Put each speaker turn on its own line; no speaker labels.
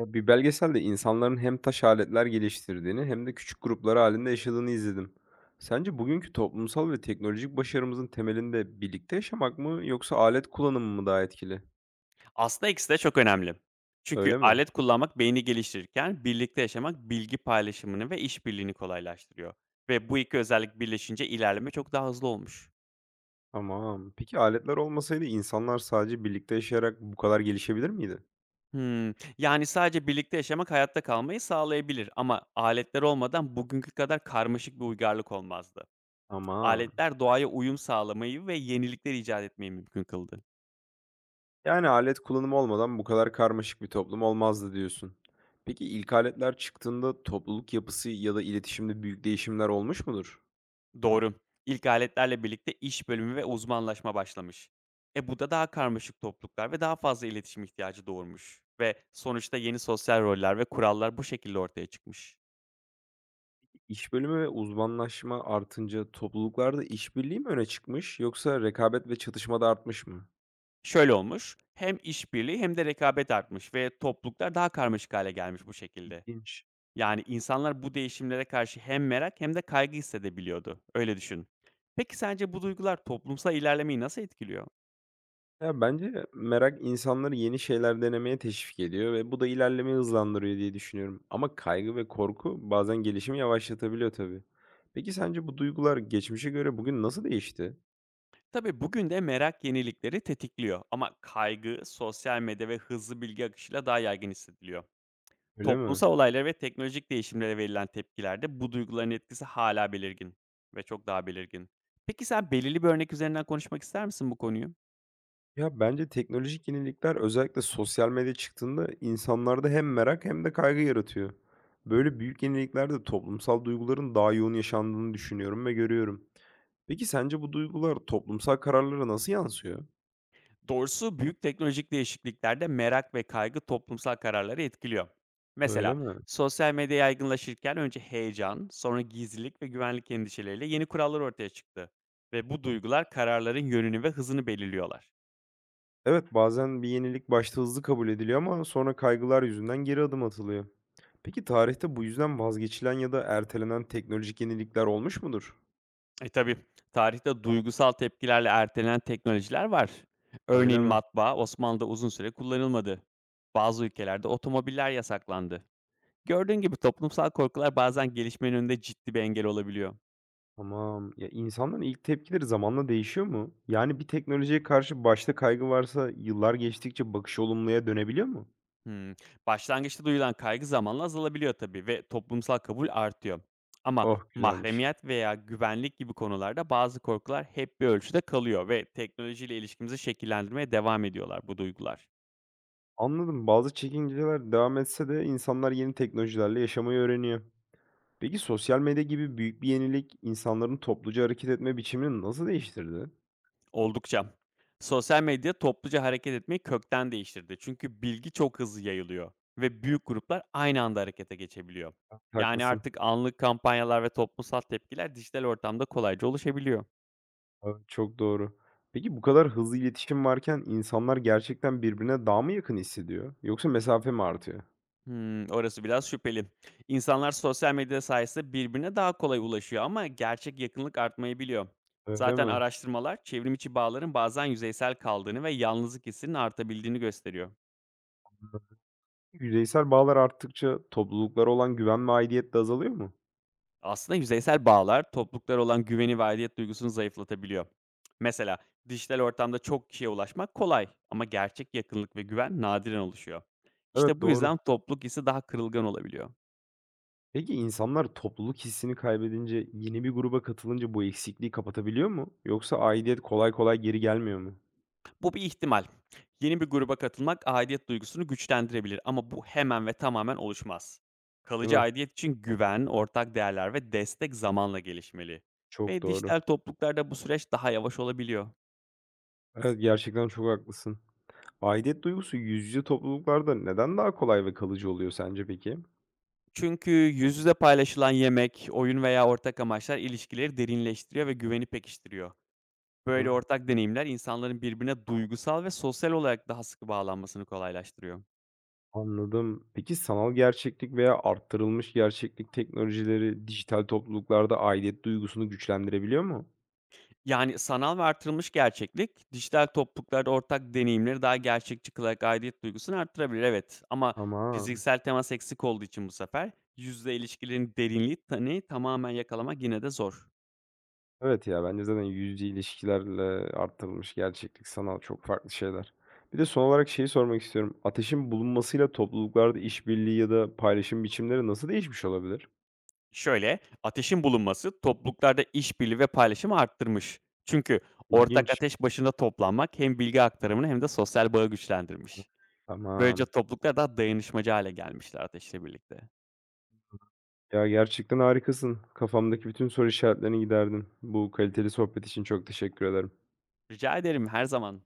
Ya, bir belgeselde insanların hem taş aletler geliştirdiğini hem de küçük gruplar halinde yaşadığını izledim. Sence bugünkü toplumsal ve teknolojik başarımızın temelinde birlikte yaşamak mı yoksa alet kullanımı mı daha etkili?
Aslında ikisi de çok önemli. Çünkü
Öyle mi?
alet kullanmak beyni geliştirirken birlikte yaşamak bilgi paylaşımını ve işbirliğini kolaylaştırıyor. Ve bu iki özellik birleşince ilerleme çok daha hızlı olmuş.
Tamam. Peki aletler olmasaydı insanlar sadece birlikte yaşayarak bu kadar gelişebilir miydi?
Hmm, yani sadece birlikte yaşamak hayatta kalmayı sağlayabilir ama aletler olmadan bugünkü kadar karmaşık bir uygarlık olmazdı.
Tamam.
Aletler doğaya uyum sağlamayı ve yenilikler icat etmeyi mümkün kıldı.
Yani alet kullanımı olmadan bu kadar karmaşık bir toplum olmazdı diyorsun. Peki ilk aletler çıktığında topluluk yapısı ya da iletişimde büyük değişimler olmuş mudur?
Doğru. İlk aletlerle birlikte iş bölümü ve uzmanlaşma başlamış. E bu da daha karmaşık topluluklar ve daha fazla iletişim ihtiyacı doğurmuş. Ve sonuçta yeni sosyal roller ve kurallar bu şekilde ortaya çıkmış.
İş bölümü ve uzmanlaşma artınca topluluklarda işbirliği mi öne çıkmış yoksa rekabet ve çatışma da artmış mı?
Şöyle olmuş, hem işbirliği hem de rekabet artmış ve topluluklar daha karmaşık hale gelmiş bu şekilde.
İlginç.
Yani insanlar bu değişimlere karşı hem merak hem de kaygı hissedebiliyordu. Öyle düşün. Peki sence bu duygular toplumsal ilerlemeyi nasıl etkiliyor?
Ya bence merak insanları yeni şeyler denemeye teşvik ediyor ve bu da ilerlemeyi hızlandırıyor diye düşünüyorum. Ama kaygı ve korku bazen gelişimi yavaşlatabiliyor tabii. Peki sence bu duygular geçmişe göre bugün nasıl değişti?
Tabii bugün de merak yenilikleri tetikliyor ama kaygı sosyal medya ve hızlı bilgi akışıyla daha yaygın hissediliyor.
Öyle mi?
Toplumsal olaylara ve teknolojik değişimlere verilen tepkilerde bu duyguların etkisi hala belirgin ve çok daha belirgin. Peki sen belirli bir örnek üzerinden konuşmak ister misin bu konuyu?
Ya, bence teknolojik yenilikler özellikle sosyal medya çıktığında insanlarda hem merak hem de kaygı yaratıyor. Böyle büyük yeniliklerde toplumsal duyguların daha yoğun yaşandığını düşünüyorum ve görüyorum. Peki sence bu duygular toplumsal kararlara nasıl yansıyor?
Doğrusu büyük teknolojik değişikliklerde merak ve kaygı toplumsal kararları etkiliyor.
Öyle
Mesela
mi?
sosyal medya yaygınlaşırken önce heyecan, sonra gizlilik ve güvenlik endişeleriyle yeni kurallar ortaya çıktı. Ve bu duygular kararların yönünü ve hızını belirliyorlar.
Evet, bazen bir yenilik başta hızlı kabul ediliyor ama sonra kaygılar yüzünden geri adım atılıyor. Peki tarihte bu yüzden vazgeçilen ya da ertelenen teknolojik yenilikler olmuş mudur?
E tabi tarihte duygusal tepkilerle ertelenen teknolojiler var.
Öyle
Örneğin
mi?
matbaa Osmanlı'da uzun süre kullanılmadı. Bazı ülkelerde otomobiller yasaklandı. Gördüğün gibi toplumsal korkular bazen gelişmenin önünde ciddi bir engel olabiliyor.
Tamam. Ya, insanların ilk tepkileri zamanla değişiyor mu? Yani bir teknolojiye karşı başta kaygı varsa yıllar geçtikçe bakış olumluya dönebiliyor mu?
Hımm. Başlangıçta duyulan kaygı zamanla azalabiliyor tabii ve toplumsal kabul artıyor. Ama
Oh, güzelmiş.
mahremiyet veya güvenlik gibi konularda bazı korkular hep bir ölçüde kalıyor ve teknolojiyle ilişkimizi şekillendirmeye devam ediyorlar bu duygular.
Anladım. Bazı çekinceler devam etse de insanlar yeni teknolojilerle yaşamayı öğreniyor. Peki sosyal medya gibi büyük bir yenilik insanların topluca hareket etme biçimini nasıl değiştirdi?
Oldukça. Sosyal medya topluca hareket etmeyi kökten değiştirdi. Çünkü bilgi çok hızlı yayılıyor ve büyük gruplar aynı anda harekete geçebiliyor.
Ha,
Yani
haklısın.
artık anlık kampanyalar ve toplumsal tepkiler dijital ortamda kolayca oluşabiliyor.
Evet, çok doğru. Peki bu kadar hızlı iletişim varken insanlar gerçekten birbirine daha mı yakın hissediyor? Yoksa mesafe mi artıyor?
Orası biraz şüpheli. İnsanlar sosyal medya sayesinde birbirine daha kolay ulaşıyor ama gerçek yakınlık artmayı biliyor.
Öyle
Zaten
mi?
araştırmalar çevrim içi bağların bazen yüzeysel kaldığını ve yalnızlık hissinin artabildiğini gösteriyor.
Yüzeysel bağlar arttıkça topluluklara olan güven ve aidiyet de azalıyor mu?
Aslında yüzeysel bağlar topluluklara olan güveni ve aidiyet duygusunu zayıflatabiliyor. Mesela dijital ortamda çok kişiye ulaşmak kolay ama gerçek yakınlık ve güven nadiren oluşuyor. İşte
Evet,
bu yüzden
doğru.
topluluk hissi daha kırılgan olabiliyor.
Peki insanlar topluluk hissini kaybedince yeni bir gruba katılınca bu eksikliği kapatabiliyor mu? Yoksa aidiyet kolay kolay geri gelmiyor mu?
Bu bir ihtimal. Yeni bir gruba katılmak aidiyet duygusunu güçlendirebilir ama bu hemen ve tamamen oluşmaz.
Değil
Kalıcı
mi?
aidiyet için güven, ortak değerler ve destek zamanla gelişmeli.
Çok
Ve
doğru.
dijital topluluklarda bu süreç daha yavaş olabiliyor.
Evet, gerçekten çok haklısın. Aidiyet duygusu yüz yüze topluluklarda neden daha kolay ve kalıcı oluyor sence peki?
Çünkü yüz yüze paylaşılan yemek, oyun veya ortak amaçlar ilişkileri derinleştiriyor ve güveni pekiştiriyor.
Değil
Böyle
mi?
ortak deneyimler insanların birbirine duygusal ve sosyal olarak daha sıkı bağlanmasını kolaylaştırıyor.
Anladım. Peki sanal gerçeklik veya arttırılmış gerçeklik teknolojileri dijital topluluklarda aidiyet duygusunu güçlendirebiliyor mu?
Yani, sanal ve artırılmış gerçeklik, dijital topluluklarda ortak deneyimleri daha gerçekçi kılarak aidiyet duygusunu arttırabilir, evet. Ama
Tamam.
fiziksel temas eksik olduğu için bu sefer yüzde ilişkilerin derinliği hani, tamamen yakalamak yine de zor.
Evet ya, bence zaten yüzde ilişkilerle artırılmış gerçeklik, sanal çok farklı şeyler. Bir de son olarak şeyi sormak istiyorum. Ateşin bulunmasıyla topluluklarda işbirliği ya da paylaşım biçimleri nasıl değişmiş olabilir?
Şöyle, ateşin bulunması topluluklarda işbirliği ve paylaşımı arttırmış. Çünkü ortak
İlginç.
ateş başında toplanmak hem bilgi aktarımını hem de sosyal bağı güçlendirmiş. Böylece
Tamam.
topluluklar daha dayanışmacı hale gelmişler ateşle birlikte.
Ya gerçekten harikasın. Kafamdaki bütün soru işaretlerini giderdin. Bu kaliteli sohbet için çok teşekkür ederim.
Rica ederim, her zaman.